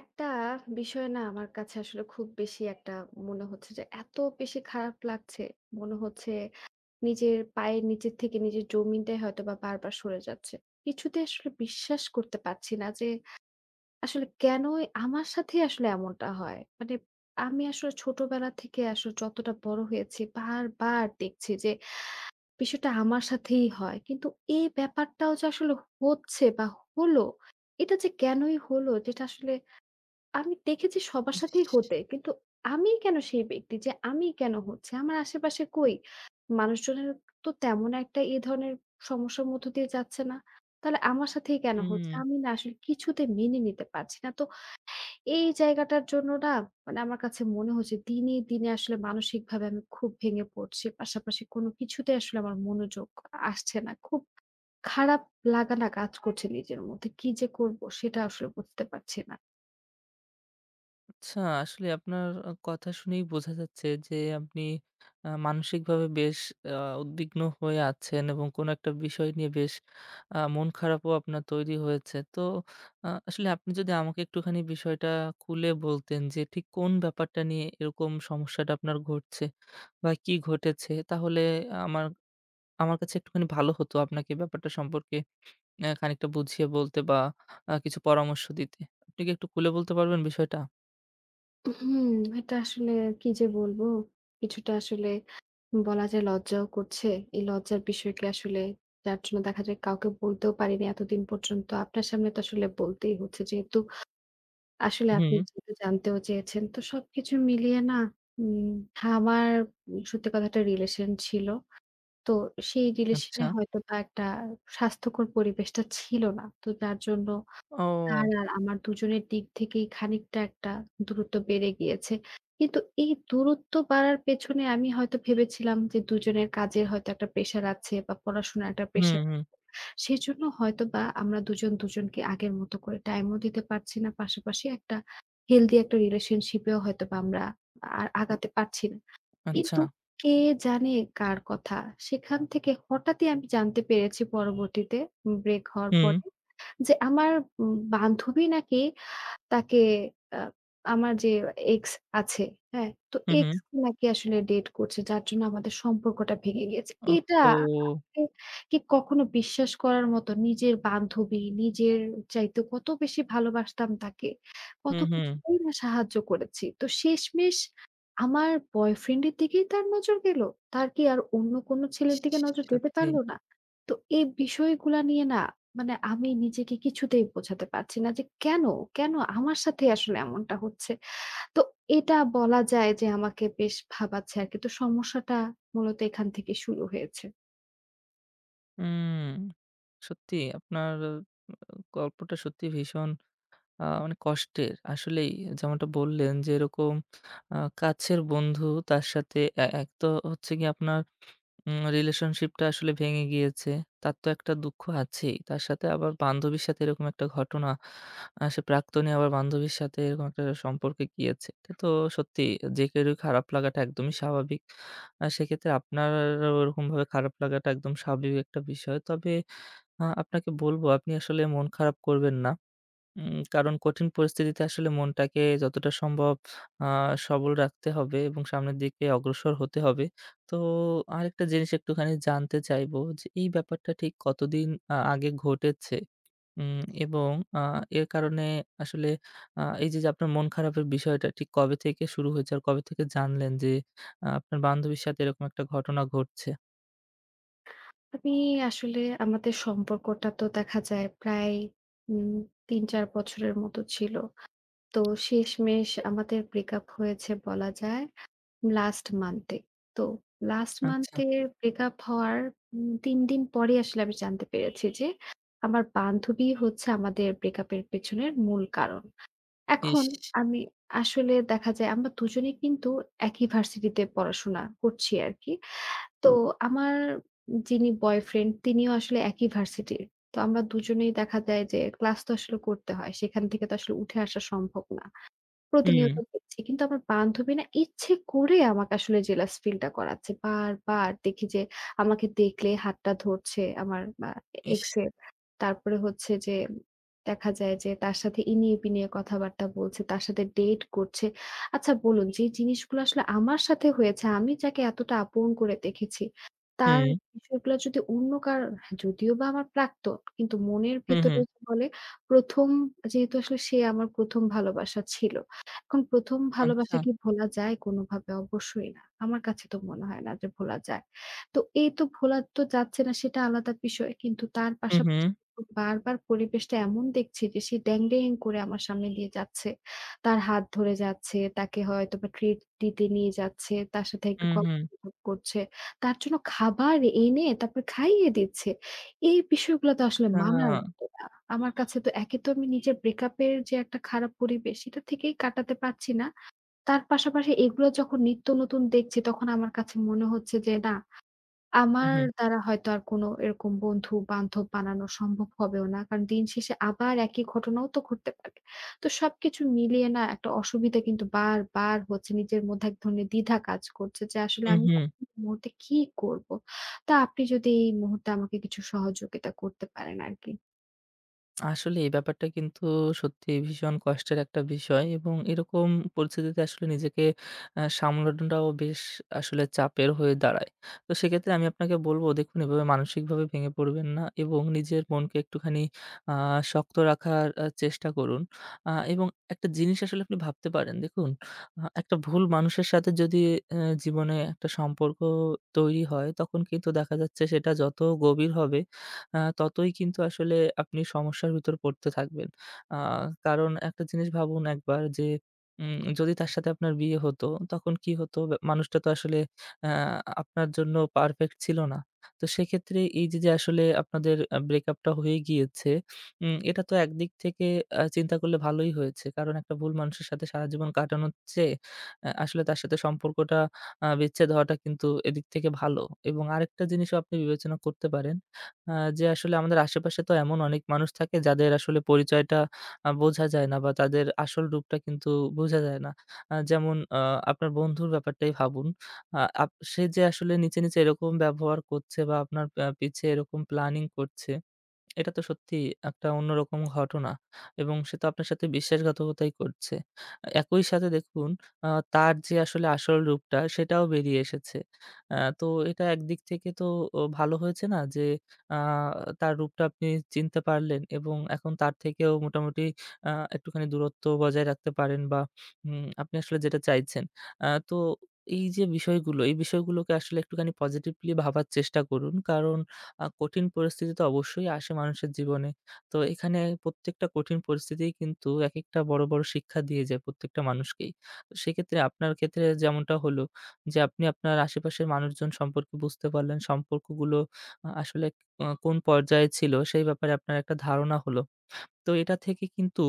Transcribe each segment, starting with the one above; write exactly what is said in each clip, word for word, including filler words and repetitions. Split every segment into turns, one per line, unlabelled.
একটা বিষয় না আমার কাছে আসলে খুব বেশি একটা মনে হচ্ছে যে এত বেশি খারাপ লাগছে। মনে হচ্ছে নিজের পায়ের নিচের থেকে নিজের জমিনটাই হয়তোবা বারবার সরে যাচ্ছে। কিছুতেই আসলে বিশ্বাস করতে পারছি না যে আসলে কেনই আমার সাথেই আসলে এমনটা হয়। মানে আমি আসলে ছোটবেলা থেকে আসলে যতটা বড় হয়েছি বারবার দেখছি যে বিষয়টা আমার সাথেই হয়। কিন্তু এই ব্যাপারটাও যে আসলে হচ্ছে বা হলো, এটা যে কেনই হলো যেটা আসলে আমি দেখেছি সবার সাথেই
ইস!
হতে। কিন্তু আমিই কেন সেই ব্যক্তি যে আমিই কেন হচ্ছে? আমার আশেপাশে কই? মানুষজনের তো তেমন একটা এ ধরনের সমস্যার মধ্য দিয়ে যাচ্ছে না। তাহলে আমার সাথেই কেন হচ্ছে?
হুম,
আমি না আসলে কিছুতে মেনে নিতে পারছি না। তো এই জায়গাটার জন্য না মানে আমার কাছে মনে হচ্ছে দিনে, দিনে আসলে মানসিকভাবে আমি খুব ভেঙে পড়ছি। পাশাপাশি কোনো কিছুতে আসলে আমার মনোযোগ আসছে না। খুব খারাপ লাগা না কাজ করছে নিজের মধ্যে। কি যে করব সেটা আসলে বুঝতে পারছি না।
আচ্ছা আসলে আপনার আ কথা শুনেই বোঝা যাচ্ছে যে আপনি আ মানসিকভাবে বেশ আ উদ্বিগ্ন হয়ে আছেন এবং কোনো একটা বিষয় নিয়ে বেশ আ মন খারাপও আপনার তৈরি হয়েছে। তো আ আসলে আপনি যদি আমাকে একটুখানি বিষয়টা খুলে বলতেন যে ঠিক কোন ব্যাপারটা নিয়ে এরকম সমস্যাটা আপনার ঘটছে বা কি ঘটেছে? তাহলে আমার আমার কাছে একটুখানি ভালো হতো আপনাকে ব্যাপারটা সম্পর্কে অ্যা খানিকটা বুঝিয়ে বলতে বা আ কিছু পরামর্শ দিতে। আপনি কি একটু খুলে বলতে পারবেন বিষয়টা?
হুম, এটা আসলে কি যে বলবো? কিছুটা আসলে বলা যায় লজ্জাও করছে। এই লজ্জার বিষয়কে আসলে যার জন্য দেখা যায় কাউকে বলতেও পারিনি এতদিন পর্যন্ত। আপনার সামনে তো আসলে বলতেই হচ্ছে। যেহেতু আসলে আপনি
হুম,
যেহেতু জানতেও চেয়েছেন। তো সবকিছু মিলিয়ে না উম আমার সত্যি কথা একটা রিলেশন ছিল। তো সেই রিলেশনে
আচ্ছা।
হয়তোবা একটা স্বাস্থ্যকর পরিবেশটা ছিল না। তো যার জন্য তার
ও!
আর আমার দুজনের দিক থেকেই খানিকটা একটা দূরত্ব বেড়ে গিয়েছে। কিন্তু এই দূরত্ব বাড়ার পেছনে আমি হয়তো ভেবেছিলাম যে দুজনের কাজের হয়তো একটা প্রেশার আছে বা পড়াশোনার একটা
হুম,
প্রেশার।
হুম।
সেজন্য হয়তোবা আমরা দুজন দুজনকে আগের মতো করে টাইমও দিতে পারছি না। পাশাপাশি একটা হেলথি একটা রিলেশনশিপ এও হয়তোবা আমরা আর আগাতে পারছি না।
আচ্ছা।
কিন্তু কে জানে কার কথা? সেখান থেকে হঠাৎই আমি জানতে পেরেছি পরবর্তীতে ব্রেক হওয়ার
হুম,
পরে যে আমার উম বান্ধবী নাকি তাকে আ আমার যে এক্স আছে, হ্যাঁ? তো
হুম, হুম।
এক্স নাকি আসলে ডেট করছে যার জন্য আমাদের সম্পর্কটা ভেঙে গিয়েছে। এটা
ওহহো!
আসলে কি কখনো বিশ্বাস করার মতো নিজের বান্ধবী, নিজের চাইতে কত বেশি ভালোবাসতাম তাকে। কত
হুম, হুম।
কিছুতেই না সাহায্য করেছি। তো শেষমেশ আমার বয়ফ্রেন্ড এর দিকেই তার নজর গেল। তার কি আর অন্য কোনো
ইস!
ছেলের দিকে নজর যেতে
সত্যি।
পারল না? তো এই বিষয়গুলা নিয়ে না মানে আমি নিজেকে কিছুতেই বোঝাতে পারছি না যে কেন, কেন আমার সাথেই আসলে এমনটা হচ্ছে। তো এটা বলা যায় যে আমাকে বেশ ভাবাচ্ছে আরকি। তো সমস্যাটা মূলত এখান থেকে শুরু হয়েছে।
হুম। সত্যি আপনার আহ, গল্পটা সত্যি ভীষণ আ মানে কষ্টের। আসলেই যেমনটা বললেন যে এরকম আ কাছের বন্ধু তার সাথে এ এক তো হচ্ছে গিয়ে আপনার উম রিলেশনশিপটা আসলে ভেঙে গিয়েছে। তার তো একটা দুঃখ আছেই। তার সাথে আবার বান্ধবীর সাথে এরকম একটা ঘটনা। আ সে প্রাক্তনী আবার বান্ধবীর সাথে এরকম একটা সম্পর্কে গিয়েছে। এটা তো সত্যি যে কারোরই খারাপ লাগাটা একদমই স্বাভাবিক। আ সেক্ষেত্রে আপনারও ওরকমভাবে খারাপ লাগাটা একদম স্বাভাবিক একটা বিষয়। তবে আ আপনাকে বলব আপনি আসলে মন খারাপ করবেন না। উম কারণ কঠিন পরিস্থিতিতে আসলে মনটাকে যতটা সম্ভব আ সবল রাখতে হবে এবং সামনের দিকে অগ্রসর হতে হবে। তো আরেকটা জিনিস একটুখানি জানতে চাইবো যে এই ব্যাপারটা ঠিক কতদিন আ আগে ঘটেছে? উম এবং আ এর কারণে আসলে আ এই যে, যে আপনার মন খারাপের বিষয়টা ঠিক কবে থেকে শুরু হয়েছে? আর কবে থেকে জানলেন যে আ আপনার বান্ধবীর সাথে এরকম একটা ঘটনা ঘটছে?
আমি আসলে আমাদের সম্পর্কটা তো দেখা যায় প্রায় উম তিন চার বছরের মতো ছিল। তো শেষমেষ আমাদের ব্রেকআপ হয়েছে বলা যায়। লাস্ট মান্থ এ। তো লাস্ট মান্থ
আচ্ছা।
এ ব্রেকআপ হওয়ার উম তিন দিন পরেই আসলে আমি জানতে পেরেছি যে, আমার বান্ধবী হচ্ছে আমাদের ব্রেকআপ এর পেছনের মূল কারণ। এখন
ইস!
আমি আসলে দেখা যায় আমরা দুজনেই কিন্তু একই ভার্সিটিতে পড়াশোনা করছি আরকি। তো আমার যিনি বয়ফ্রেন্ড তিনিও আসলে একই ভার্সিটির। তো আমরা দুজনেই দেখা যায় যে ক্লাস তো আসলে করতে হয়। সেখান থেকে তো আসলে উঠে আসা সম্ভব না।
হুম,
প্রতিনিয়ত দেখছি। কিন্তু আমার বান্ধবী না ইচ্ছে করে আমাকে আসলে জেলাস ফিলটা করাচ্ছে। বারবার দেখি যে আমাকে দেখলে হাতটা ধরছে আমার আ এক্স
ইস!
এর। তারপরে হচ্ছে যে দেখা যায় যে তার সাথে ইনিয়ে-বিনিয়ে কথাবার্তা বলছে, তার সাথে ডেট করছে। আচ্ছা বলুন যে জিনিসগুলো আসলে আমার সাথে হয়েছে, আমি যাকে এতটা আপন করে দেখেছি, তার
হুম,
বিষয়গুলো যদি অন্য কার হ্যাঁ, যদিও বা আমার প্রাক্তন, কিন্তু মনের
হু,
ভেতরে
হুম।
যে বলে প্রথম যেহেতু আসলে সে আমার প্রথম ভালোবাসা ছিল। এখন প্রথম
আচ্ছা।
ভালোবাসা কি ভোলা যায় কোনোভাবে? অবশ্যই না। আমার কাছে তো মনে হয় না যে ভোলা যায়। তো এই তো ভোলা তো যাচ্ছে না সেটা আলাদা বিষয়। কিন্তু তার
হু, হু,
পাশাপাশি বারবার পরিবেশটা এমন দেখছি যে সে ড্যাং, ড্যাং করে আমার সামনে দিয়ে যাচ্ছে। তার হাত ধরে যাচ্ছে, তাকে হয়তোবা ট্রিট দিতে নিয়ে যাচ্ছে, তার সাথে
হু,
একটু
হু।
গল্পগুজব করছে। তার জন্য খাবার এনে তারপর খাইয়ে দিচ্ছে। এই বিষয়গুলো তো আসলে
তা
মানার মতো না। আমার কাছে তো একে তো আমি নিজের ব্রেকআপ এর যে একটা খারাপ পরিবেশ সেটা থেকেই কাটাতে পারছি না। তার পাশাপাশি এগুলো যখন নিত্য নতুন দেখছি তখন আমার কাছে মনে হচ্ছে যে না
হুম,
আমার
হুম।
দ্বারা হয়তো আর কোনো এরকম বন্ধু-বান্ধব বানানো সম্ভব হবেও না। কারণ দিন শেষে আবার একই ঘটনাও তো ঘটতে পারে। তো সবকিছু মিলিয়ে না একটা অসুবিধা কিন্তু বারবার হচ্ছে। নিজের মধ্যে এক ধরনের দ্বিধা কাজ করছে যে আসলে
হুম,
আমি
হুম।
এখন এই মুহূর্তে কি করব? তা আপনি যদি এই মুহূর্তে আমাকে কিছু সহযোগিতা করতে পারেন আরকি।
আসলে এই ব্যাপারটা কিন্তু সত্যি ভীষণ কষ্টের একটা বিষয় এবং এরকম পরিস্থিতিতে আসলে নিজেকে আ সামলানোটাও বেশ আসলে চাপের হয়ে দাঁড়ায়। তো সেক্ষেত্রে আমি আপনাকে বলব দেখুন এভাবে মানসিকভাবে ভেঙে পড়বেন না এবং নিজের মনকে একটুখানি আ শক্ত রাখার আ চেষ্টা করুন। আ এবং একটা জিনিস আসলে আপনি ভাবতে পারেন দেখুন আ একটা ভুল মানুষের সাথে যদি অ্যা জীবনে একটা সম্পর্ক তৈরি হয় তখন কিন্তু দেখা যাচ্ছে সেটা যত গভীর হবে আ ততই কিন্তু আসলে আপনি সমস্যার ভিতর পড়তে থাকবেন। আ কারণ একটা জিনিস ভাবুন একবার যে উম যদি তার সাথে আপনার বিয়ে হতো তখন কি হতো? বে মানুষটা তো আসলে আ আপনার জন্য পারফেক্ট ছিল না। তো সেক্ষেত্রে এই যে, যে আসলে আপনাদের আ ব্রেকআপটা হয়ে গিয়েছে, উম এটা তো একদিক থেকে আ চিন্তা করলে ভালোই হয়েছে। কারণ একটা ভুল মানুষের সাথে সারা জীবন কাটানোর চেয়ে আ আসলে তার সাথে সম্পর্কটা আ বিচ্ছেদ হওয়াটা কিন্তু এদিক থেকে ভালো এবং আরেকটা জিনিসও আপনি বিবেচনা করতে পারেন আ যে আসলে আমাদের আশেপাশে তো এমন অনেক মানুষ থাকে যাদের আসলে পরিচয়টা আ বোঝা যায় না বা তাদের আসল রূপটা কিন্তু বোঝা যায় না। আ যেমন আ আপনার বন্ধুর ব্যাপারটাই ভাবুন। আ আপ সে যে আসলে নিচে, নিচে এরকম ব্যবহার করছে বা আপনার আ পিছে এরকম প্ল্যানিং করছে এটা তো সত্যিই একটা অন্যরকম ঘটনা এবং সে তো আপনার সাথে বিশ্বাসঘাতকতাই করছে। আ একই সাথে দেখুন আ তার যে আসলে আসল রূপটা সেটাও বেরিয়ে এসেছে। আ তো এটা একদিক থেকে তো ও ভালো হয়েছে না? যে আ তার রূপটা আপনি চিনতে পারলেন এবং এখন তার থেকেও মোটামুটি আ একটুখানি দূরত্ব বজায় রাখতে পারেন বা উম আপনি আসলে যেটা চাইছেন। আ তো এই যে বিষয়গুলো, এই বিষয়গুলোকে আসলে একটুখানি পজিটিভলি ভাবার চেষ্টা করুন। কারণ আ কঠিন পরিস্থিতি তো অবশ্যই আসে মানুষের জীবনে। তো এখানে প্রত্যেকটা কঠিন পরিস্থিতিই কিন্তু একেকটা বড়, বড় শিক্ষা দিয়ে যায় প্রত্যেকটা মানুষকেই। তো সেক্ষেত্রে আপনার ক্ষেত্রে যেমনটা হলো যে, আপনি আপনার আশেপাশের মানুষজন সম্পর্কে বুঝতে পারলেন, সম্পর্কগুলো আ আসলে আ কোন পর্যায়ে ছিল সেই ব্যাপারে আপনার একটা ধারণা হলো। তো এটা থেকে কিন্তু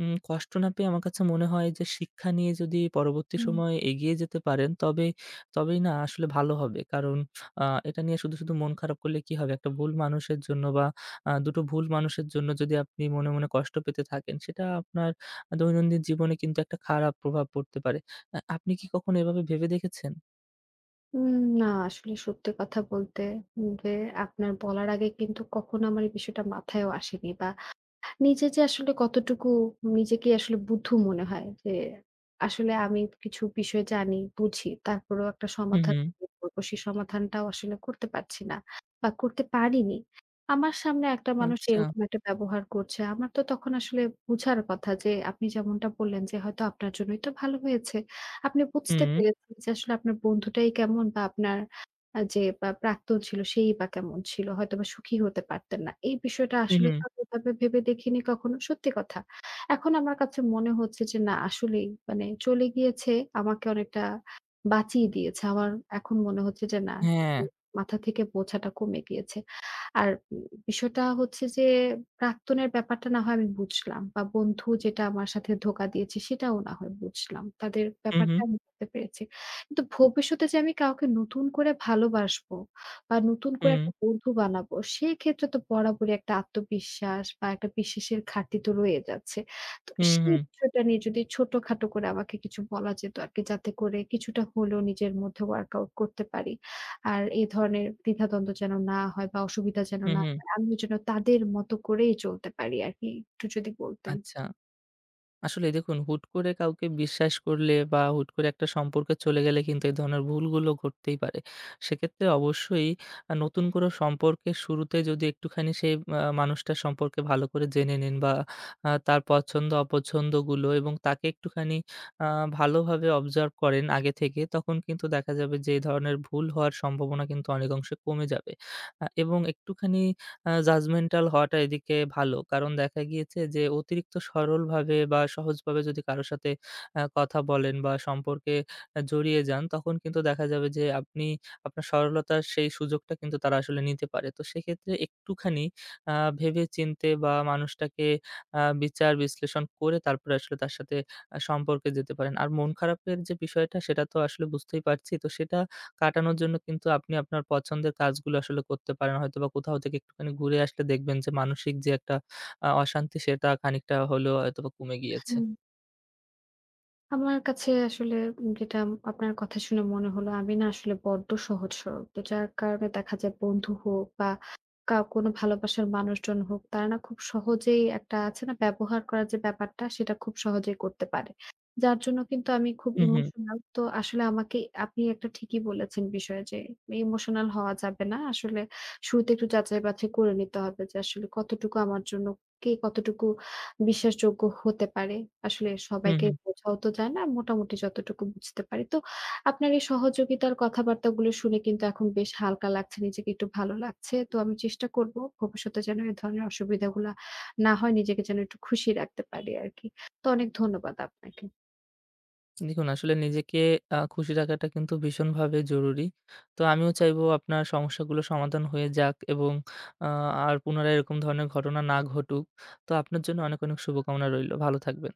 উম কষ্ট না পেয়ে আমার কাছে মনে হয় যে শিক্ষা নিয়ে যদি পরবর্তী
হুম।
সময়ে এগিয়ে যেতে পারেন তবে তবেই না আসলে ভালো হবে। কারণ আ এটা নিয়ে শুধু, শুধু মন খারাপ করলে কি হবে? একটা ভুল মানুষের জন্য বা আ দুটো টো ভুল মানুষের জন্য যদি আপনি মনে, মনে কষ্ট পেতে থাকেন সেটা আপনার দৈনন্দিন জীবনে কিন্তু একটা খারাপ প্রভাব পড়তে পারে। আ আপনি কি কখনো এভাবে ভেবে দেখেছেন?
উম না আসলে সত্যি কথা বলতে যে আপনার বলার আগে কিন্তু কখনো আমার এই বিষয়টা মাথায়ও আসেনি বা নিজে যে আসলে কতটুকু নিজেকে আসলে বুদ্ধু মনে হয় যে আসলে আমি কিছু বিষয় জানি, বুঝি। তারপরেও একটা
হুম,
সমাধান
হুম।
বের করব। সেই সমাধানটাও আসলে করতে পারছি না বা করতে পারিনি। আমার সামনে একটা মানুষ
আচ্ছা।
এরকম একটা ব্যবহার করছে। আমার তো তখন আসলে বুঝার কথা যে আপনি যেমনটা বললেন যে হয়তো আপনার জন্যই তো ভালো হয়েছে। আপনি বুঝতে
হুম,
পেরেছেন যে আসলে আপনার বন্ধুটাই কেমন বা আপনার আ যে বা প্রাক্তন ছিল সেই বা কেমন ছিল? হয়তোবা সুখী হতে পারতেন না। এই বিষয়টা
হুম,
আসলে
হুম।
তো আমি এভাবে ভেবে দেখিনি কখনো। সত্যি কথা। এখন আমার কাছে মনে হচ্ছে যে না আসলেই মানে চলে গিয়েছে আমাকে অনেকটা বাঁচিয়ে দিয়েছে। আমার এখন মনে হচ্ছে যে না
হ্যাঁ।
মাথা থেকে বোঝাটা কমে গিয়েছে। আর উম বিষয়টা হচ্ছে যে প্রাক্তনের ব্যাপারটা না হয় আমি বুঝলাম বা বন্ধু যেটা আমার সাথে ধোঁকা দিয়েছে সেটাও না হয় বুঝলাম। তাদের
হুম,
ব্যাপারটা
হুম,
আমি বুঝতে পেরেছি। কিন্তু ভবিষ্যতে যে আমি কাউকে নতুন করে ভালোবাসবো বা নতুন করে
হুম,
একটা বন্ধু বানাবো, সেক্ষেত্রে তো বরাবরই একটা আত্মবিশ্বাস বা একটা বিশ্বাসের ঘাটতি তো রয়ে যাচ্ছে। তো
হুম,
সেই
হুম,
বিষয়টা নিয়ে যদি ছোটখাটো করে আমাকে কিছু বলা যেত আরকি যাতে করে কিছুটা হলেও নিজের মধ্যে ওয়ার্কআউট করতে পারি। আর এই ধরনের দ্বিধাদ্বন্দ্ব যেন না হয় বা অসুবিধা যেন
হুম,
না
হুম।
হয়। আমিও যেন তাদের মতো করেই চলতে পারি আরকি। একটু যদি বলতেন।
আচ্ছা। আসলে দেখুন হুট করে কাউকে বিশ্বাস করলে বা হুট করে একটা সম্পর্কে চলে গেলে কিন্তু এই ধরনের ভুলগুলো ঘটতেই পারে। সেক্ষেত্রে অবশ্যই আ নতুন কোনো সম্পর্কের শুরুতে যদি একটুখানি সেই আ মানুষটার সম্পর্কে ভালো করে জেনে নেন বা আ তার পছন্দ অপছন্দগুলো এবং তাকে একটুখানি আ ভালোভাবে অবজার্ভ করেন আগে থেকে তখন কিন্তু দেখা যাবে যে এই ধরনের ভুল হওয়ার সম্ভাবনা কিন্তু অনেক অংশে কমে যাবে। আ এবং একটুখানি আ judgemental হওয়াটা এদিকে ভালো। কারণ দেখা গিয়েছে যে অতিরিক্ত সরলভাবে বা সহজভাবে যদি কারো সাথে আ কথা বলেন বা সম্পর্কে আ জড়িয়ে যান, তখন কিন্তু দেখা যাবে যে আপনি আপনার সরলতার সেই সুযোগটা কিন্তু তারা আসলে নিতে পারে। তো সেক্ষেত্রে একটুখানি আ ভেবে-চিন্তে বা মানুষটাকে আ বিচার-বিশ্লেষণ করে তারপরে আসলে তার সাথে আ সম্পর্কে যেতে পারেন। আর মন খারাপের যে বিষয়টা সেটা তো আসলে বুঝতেই পারছি। তো সেটা কাটানোর জন্য কিন্তু আপনি আপনার পছন্দের কাজগুলো আসলে করতে পারেন। হয়তোবা কোথাও থেকে একটুখানি ঘুরে আসলে দেখবেন যে মানসিক যে একটা আ অশান্তি সেটা খানিকটা হলেও হয়তোবা কমে গিয়েছে।
হুম। আমার কাছে আসলে যেটা আপনার কথা শুনে মনে হলো, আমি না আসলে বড্ড সহজ সরল। তো যার কারণে দেখা যায় বন্ধু হোক বা কা কোনো ভালোবাসার মানুষজন হোক, তারা না খুব সহজেই একটা আছে না ব্যবহার করার যে ব্যাপারটা, সেটা খুব সহজেই করতে পারে। যার জন্য কিন্তু আমি খুব
হুম, হুম।
ইমোশনাল। তো আসলে আমাকে আপনি একটা ঠিকই বলেছেন বিষয়ে যে ইমোশনাল হওয়া যাবে না। আসলে শুরুতে একটু যাচাই-বাছাই করে নিতে হবে যে আসলে কতটুকু আমার জন্য কে কতটুকু বিশ্বাসযোগ্য হতে পারে। আসলে
হুম,
সবাইকে
হুম।
বোঝাও তো যায় না। মোটামুটি যতটুকু বুঝতে পারি। তো আপনার এই সহযোগিতার কথাবার্তাগুলো শুনে কিন্তু এখন বেশ হালকা লাগছে। নিজেকে একটু ভালো লাগছে। তো আমি চেষ্টা করব ভবিষ্যতে যেন এ ধরনের অসুবিধাগুলা না হয়। নিজেকে যেন একটু খুশি রাখতে পারি আরকি। তো অনেক ধন্যবাদ আপনাকে।
দেখুন আসলে নিজেকে আ খুশি রাখাটা কিন্তু ভীষণভাবে জরুরি। তো আমিও চাইবো আপনার সমস্যাগুলো সমাধান হয়ে যাক এবং আ আর পুনরায় এরকম ধরনের ঘটনা না ঘটুক। তো আপনার জন্য অনেক, অনেক শুভকামনা রইলো। ভালো থাকবেন।